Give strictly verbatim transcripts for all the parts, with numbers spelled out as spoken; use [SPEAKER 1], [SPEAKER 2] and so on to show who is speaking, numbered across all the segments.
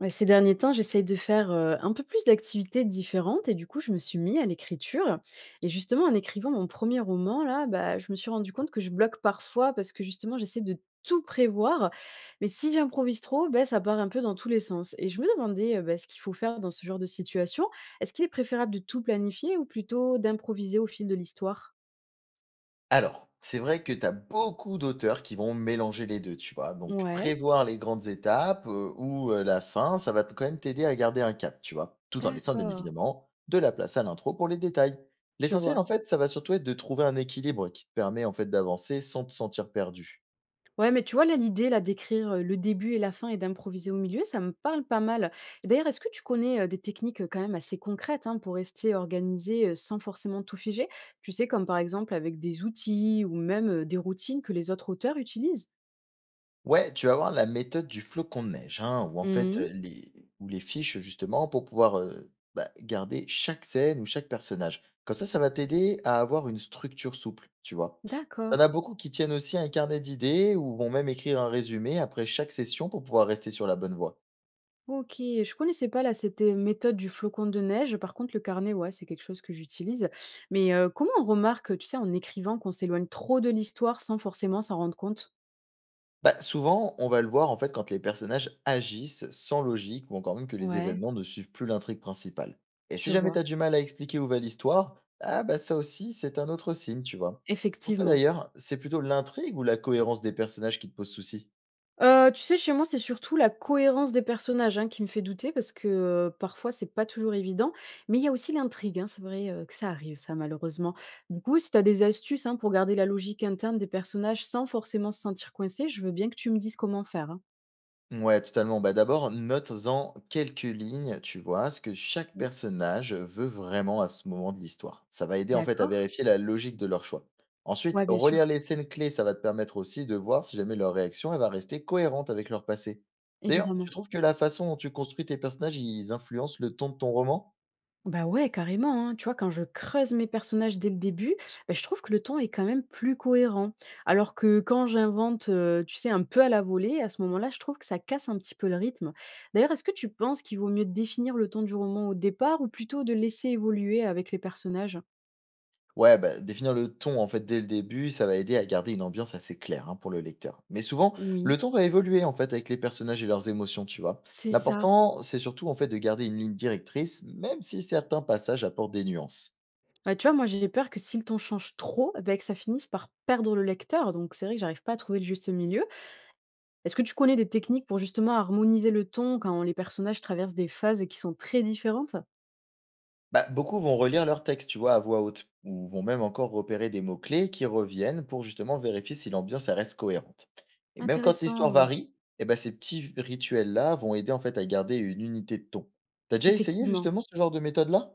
[SPEAKER 1] Ouais, ces derniers temps, j'essaye de faire, heu, un peu plus d'activités différentes et du coup, je me suis mis à l'écriture et justement, en écrivant mon premier roman là, bah, je me suis rendu compte que je bloque parfois parce que justement, j'essaie de tout prévoir, mais si j'improvise trop, beh, ça part un peu dans tous les sens et je me demandais, heu, bah, ce qu'il faut faire dans ce genre de situation. Est-ce qu'il est préférable de tout planifier ou plutôt d'improviser au fil de l'histoire?
[SPEAKER 2] Alors, c'est vrai que tu as beaucoup d'auteurs qui vont mélanger les deux, tu vois? Donc
[SPEAKER 1] Ouais.
[SPEAKER 2] prévoir les grandes étapes, heu, ou, heu, la fin, ça va t quand même t'aider à garder un cap, tu vois? Tout en laissant bien
[SPEAKER 1] D'accord.
[SPEAKER 2] évidemment de la place à l'intro pour les détails.
[SPEAKER 1] Je
[SPEAKER 2] L'essentiel
[SPEAKER 1] vois.
[SPEAKER 2] en fait, ça va surtout être de trouver un équilibre qui te permet en fait d'avancer sans te sentir perdu.
[SPEAKER 1] Ouais, mais tu vois, là, l'idée, là, d'écrire, heu, le début et la fin et d'improviser au milieu, ça me parle pas mal. Et d'ailleurs, est-ce que tu connais, heu, des techniques, heu, quand même assez concrètes, hein, pour rester organisé, heu, sans forcément tout figer? Tu sais, comme par exemple avec des outils ou même, heu, des routines que les autres auteurs utilisent?
[SPEAKER 2] Ouais, tu vas avoir la méthode du flocon de neige, hein, où en fait,
[SPEAKER 1] Mmh.
[SPEAKER 2] heu, les où les fiches justement pour pouvoir, heu, bah, garder chaque scène ou chaque personnage. Comme ça, ça va t'aider à avoir une structure souple, tu vois? Tu
[SPEAKER 1] D'accord.
[SPEAKER 2] en as beaucoup qui tiennent aussi un carnet d'idées ou vont même écrire un résumé après chaque session pour pouvoir rester sur la bonne voie.
[SPEAKER 1] OK, je connaissais pas, là, cette, heu, méthode du flocon de neige. Par contre, le carnet, ouais, c'est quelque chose que j'utilise. Mais, heu, comment on remarque, tu sais, en écrivant qu'on s'éloigne trop de l'histoire sans forcément s'en rendre compte?
[SPEAKER 2] Bah, souvent, on va le voir en fait quand les personnages agissent sans logique ou encore même que les
[SPEAKER 1] Ouais,
[SPEAKER 2] événements ne suivent plus l'intrigue principale. Et si
[SPEAKER 1] je
[SPEAKER 2] jamais
[SPEAKER 1] vois,
[SPEAKER 2] t'as du mal à expliquer où va l'histoire, ah bah ça aussi, c'est un autre signe, tu vois. Pour toi
[SPEAKER 1] effectivement.
[SPEAKER 2] d'ailleurs, c'est plutôt l'intrigue ou la cohérence des personnages qui te pose souci?
[SPEAKER 1] Heu, tu sais, chez moi, c'est surtout la cohérence des personnages, hein, qui me fait douter parce que, heu, parfois, c'est pas toujours évident. Mais il y a aussi l'intrigue, hein, c'est vrai, heu, que ça arrive ça, malheureusement. Du coup, si tu as des astuces, hein, pour garder la logique interne des personnages sans forcément se sentir coincé, je veux bien que tu me dises comment faire, hein.
[SPEAKER 2] Ouais, totalement. Bah, d'abord, note-en quelques lignes, tu vois, ce que chaque
[SPEAKER 1] Mmh.
[SPEAKER 2] personnage veut vraiment à ce moment de l'histoire. Ça va aider en fait à
[SPEAKER 1] D'accord?
[SPEAKER 2] vérifier la logique de leur choix. Ensuite,
[SPEAKER 1] Ouais, bien
[SPEAKER 2] relire
[SPEAKER 1] sûr,
[SPEAKER 2] les scènes clés, ça va te permettre aussi de voir si jamais leur réaction elle va rester cohérente avec leur passé. D'ailleurs, tu
[SPEAKER 1] évidemment.
[SPEAKER 2] trouves que la façon dont tu construis tes personnages, ils influencent le ton de ton roman?
[SPEAKER 1] Bah ouais, carrément, hein. Tu vois, quand je creuse mes personnages dès le début, bah, je trouve que le ton est quand même plus cohérent. Alors que quand j'invente, euh, tu sais, un peu à la volée, à ce moment-là, je trouve que ça casse un petit peu le rythme. D'ailleurs, est-ce que tu penses qu'il vaut mieux définir le ton du roman au départ ou plutôt de laisser évoluer avec les personnages?
[SPEAKER 2] Ouais, bah, définir le ton en fait dès le début, ça va aider à garder une ambiance assez claire hein, pour le lecteur. Mais souvent,
[SPEAKER 1] Oui,
[SPEAKER 2] le ton va évoluer en fait avec les personnages et leurs émotions, tu vois.
[SPEAKER 1] c'est ça.
[SPEAKER 2] L'important, c'est surtout en fait de garder une ligne directrice, même si certains passages apportent des nuances.
[SPEAKER 1] Ouais, tu vois, moi j'ai peur que si le ton change trop, bah, que ça finisse par perdre le lecteur. Donc c'est vrai que j'arrive pas à trouver le juste milieu. Est-ce que tu connais des techniques pour justement harmoniser le ton quand les personnages traversent des phases qui sont très différentes?
[SPEAKER 2] Bah, beaucoup vont relire leur texte, tu vois, à voix haute, ou vont même encore repérer des mots-clés qui reviennent pour justement vérifier si l'ambiance elle reste cohérente. Et même quand l'histoire
[SPEAKER 1] Intéressant,
[SPEAKER 2] varie, eh ben, ces petits rituels-là vont aider en fait à garder une unité de ton. T'as déjà essayé
[SPEAKER 1] effectivement.
[SPEAKER 2] justement ce genre de méthode-là?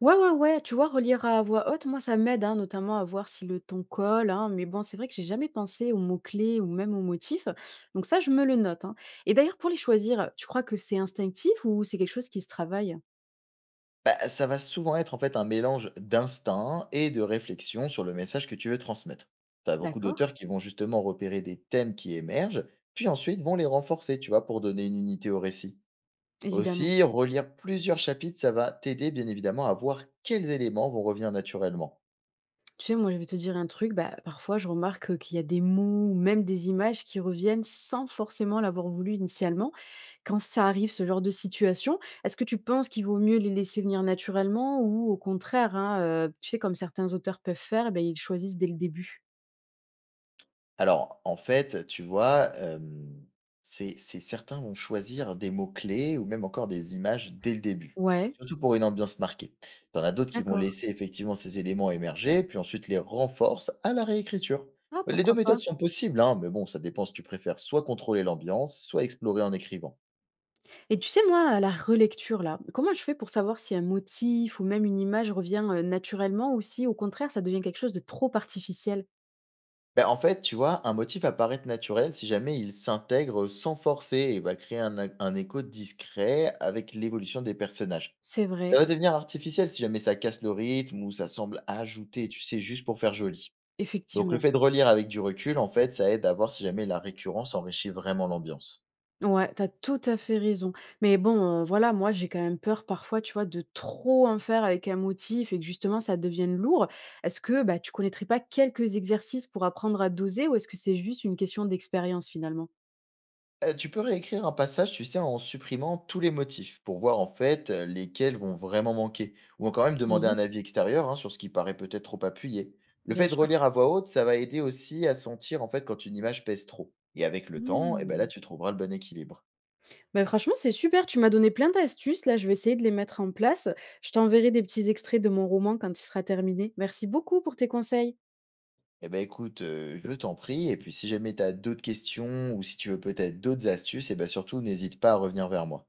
[SPEAKER 1] Ouais, ouais, ouais, tu vois, relire à voix haute, moi, ça m'aide, hein, notamment à voir si le ton colle, hein, mais bon, c'est vrai que j'ai jamais pensé aux mots-clés ou même aux motifs, donc ça, je me le note, hein. Et d'ailleurs, pour les choisir, tu crois que c'est instinctif ou c'est quelque chose qui se travaille?
[SPEAKER 2] Bah, ça va souvent être en fait un mélange d'instinct et de réflexion sur le message que tu veux transmettre. Tu as beaucoup
[SPEAKER 1] D'accord,
[SPEAKER 2] d'auteurs qui vont justement repérer des thèmes qui émergent, puis ensuite vont les renforcer, tu vois, pour donner une unité au récit.
[SPEAKER 1] évidemment.
[SPEAKER 2] Aussi, relire plusieurs chapitres, ça va t'aider bien évidemment à voir quels éléments vont revenir naturellement.
[SPEAKER 1] Tu sais, moi, je vais te dire un truc, bah, parfois je remarque euh, qu'il y a des mots ou même des images qui reviennent sans forcément l'avoir voulu initialement. Quand ça arrive, ce genre de situation, est-ce que tu penses qu'il vaut mieux les laisser venir naturellement ou au contraire, hein, euh, tu sais, comme certains auteurs peuvent faire, eh ben, ils choisissent dès le début?
[SPEAKER 2] Alors, en fait, tu vois, hem, c'est c'est certains vont choisir des mots-clés ou même encore des images dès le début,
[SPEAKER 1] Ouais,
[SPEAKER 2] surtout pour une ambiance marquée. Tu en as d'autres qui vont
[SPEAKER 1] d'accord.
[SPEAKER 2] laisser effectivement ces éléments émerger, puis ensuite les renforcent à la réécriture.
[SPEAKER 1] Ah,
[SPEAKER 2] Les deux
[SPEAKER 1] pourquoi pas?
[SPEAKER 2] méthodes sont possibles, hein, mais bon, ça dépend si tu préfères soit contrôler l'ambiance, soit explorer en écrivant.
[SPEAKER 1] Et tu sais, moi, à la relecture, là, comment je fais pour savoir si un motif ou même une image revient euh, naturellement ou si au contraire, ça devient quelque chose de trop artificiel?
[SPEAKER 2] Ben en fait, tu vois, un motif apparaît naturel si jamais il s'intègre sans forcer et va créer un un écho discret avec l'évolution des personnages.
[SPEAKER 1] C'est
[SPEAKER 2] Ça
[SPEAKER 1] vrai,
[SPEAKER 2] va devenir artificiel si jamais ça casse le rythme ou ça semble ajouté, tu sais, juste pour faire joli. Donc le
[SPEAKER 1] effectivement.
[SPEAKER 2] fait de relire avec du recul, en fait, ça aide à voir si jamais la récurrence enrichit vraiment l'ambiance.
[SPEAKER 1] Ouais, t'as tout à fait raison. Mais bon, heu, voilà, moi, j'ai quand même peur parfois, tu vois, de trop en faire avec un motif et que justement ça devienne lourd. Est-ce que, bah, tu connaîtrais pas quelques exercices pour apprendre à doser ou est-ce que c'est juste une question d'expérience finalement?
[SPEAKER 2] Euh, tu peux réécrire un passage, tu sais, en supprimant tous les motifs pour voir en fait euh, lesquels vont vraiment manquer. Ou encore même demander un
[SPEAKER 1] Oui,
[SPEAKER 2] avis extérieur hein, sur ce qui paraît peut-être trop appuyé. Le
[SPEAKER 1] bien
[SPEAKER 2] fait de
[SPEAKER 1] sûr.
[SPEAKER 2] relire à voix haute, ça va aider aussi à sentir en fait quand une image pèse trop. Et avec le temps, eh ben là,
[SPEAKER 1] Mmh.
[SPEAKER 2] tu trouveras le bon équilibre.
[SPEAKER 1] Bah, franchement, c'est super, tu m'as donné plein d'astuces là, je vais essayer de les mettre en place. Je t'enverrai des petits extraits de mon roman quand il sera terminé. Merci beaucoup pour tes conseils.
[SPEAKER 2] Eh ben écoute, heu, je t'en prie et puis si jamais tu as d'autres questions ou si tu veux peut-être d'autres astuces et ben surtout n'hésite pas à revenir vers moi.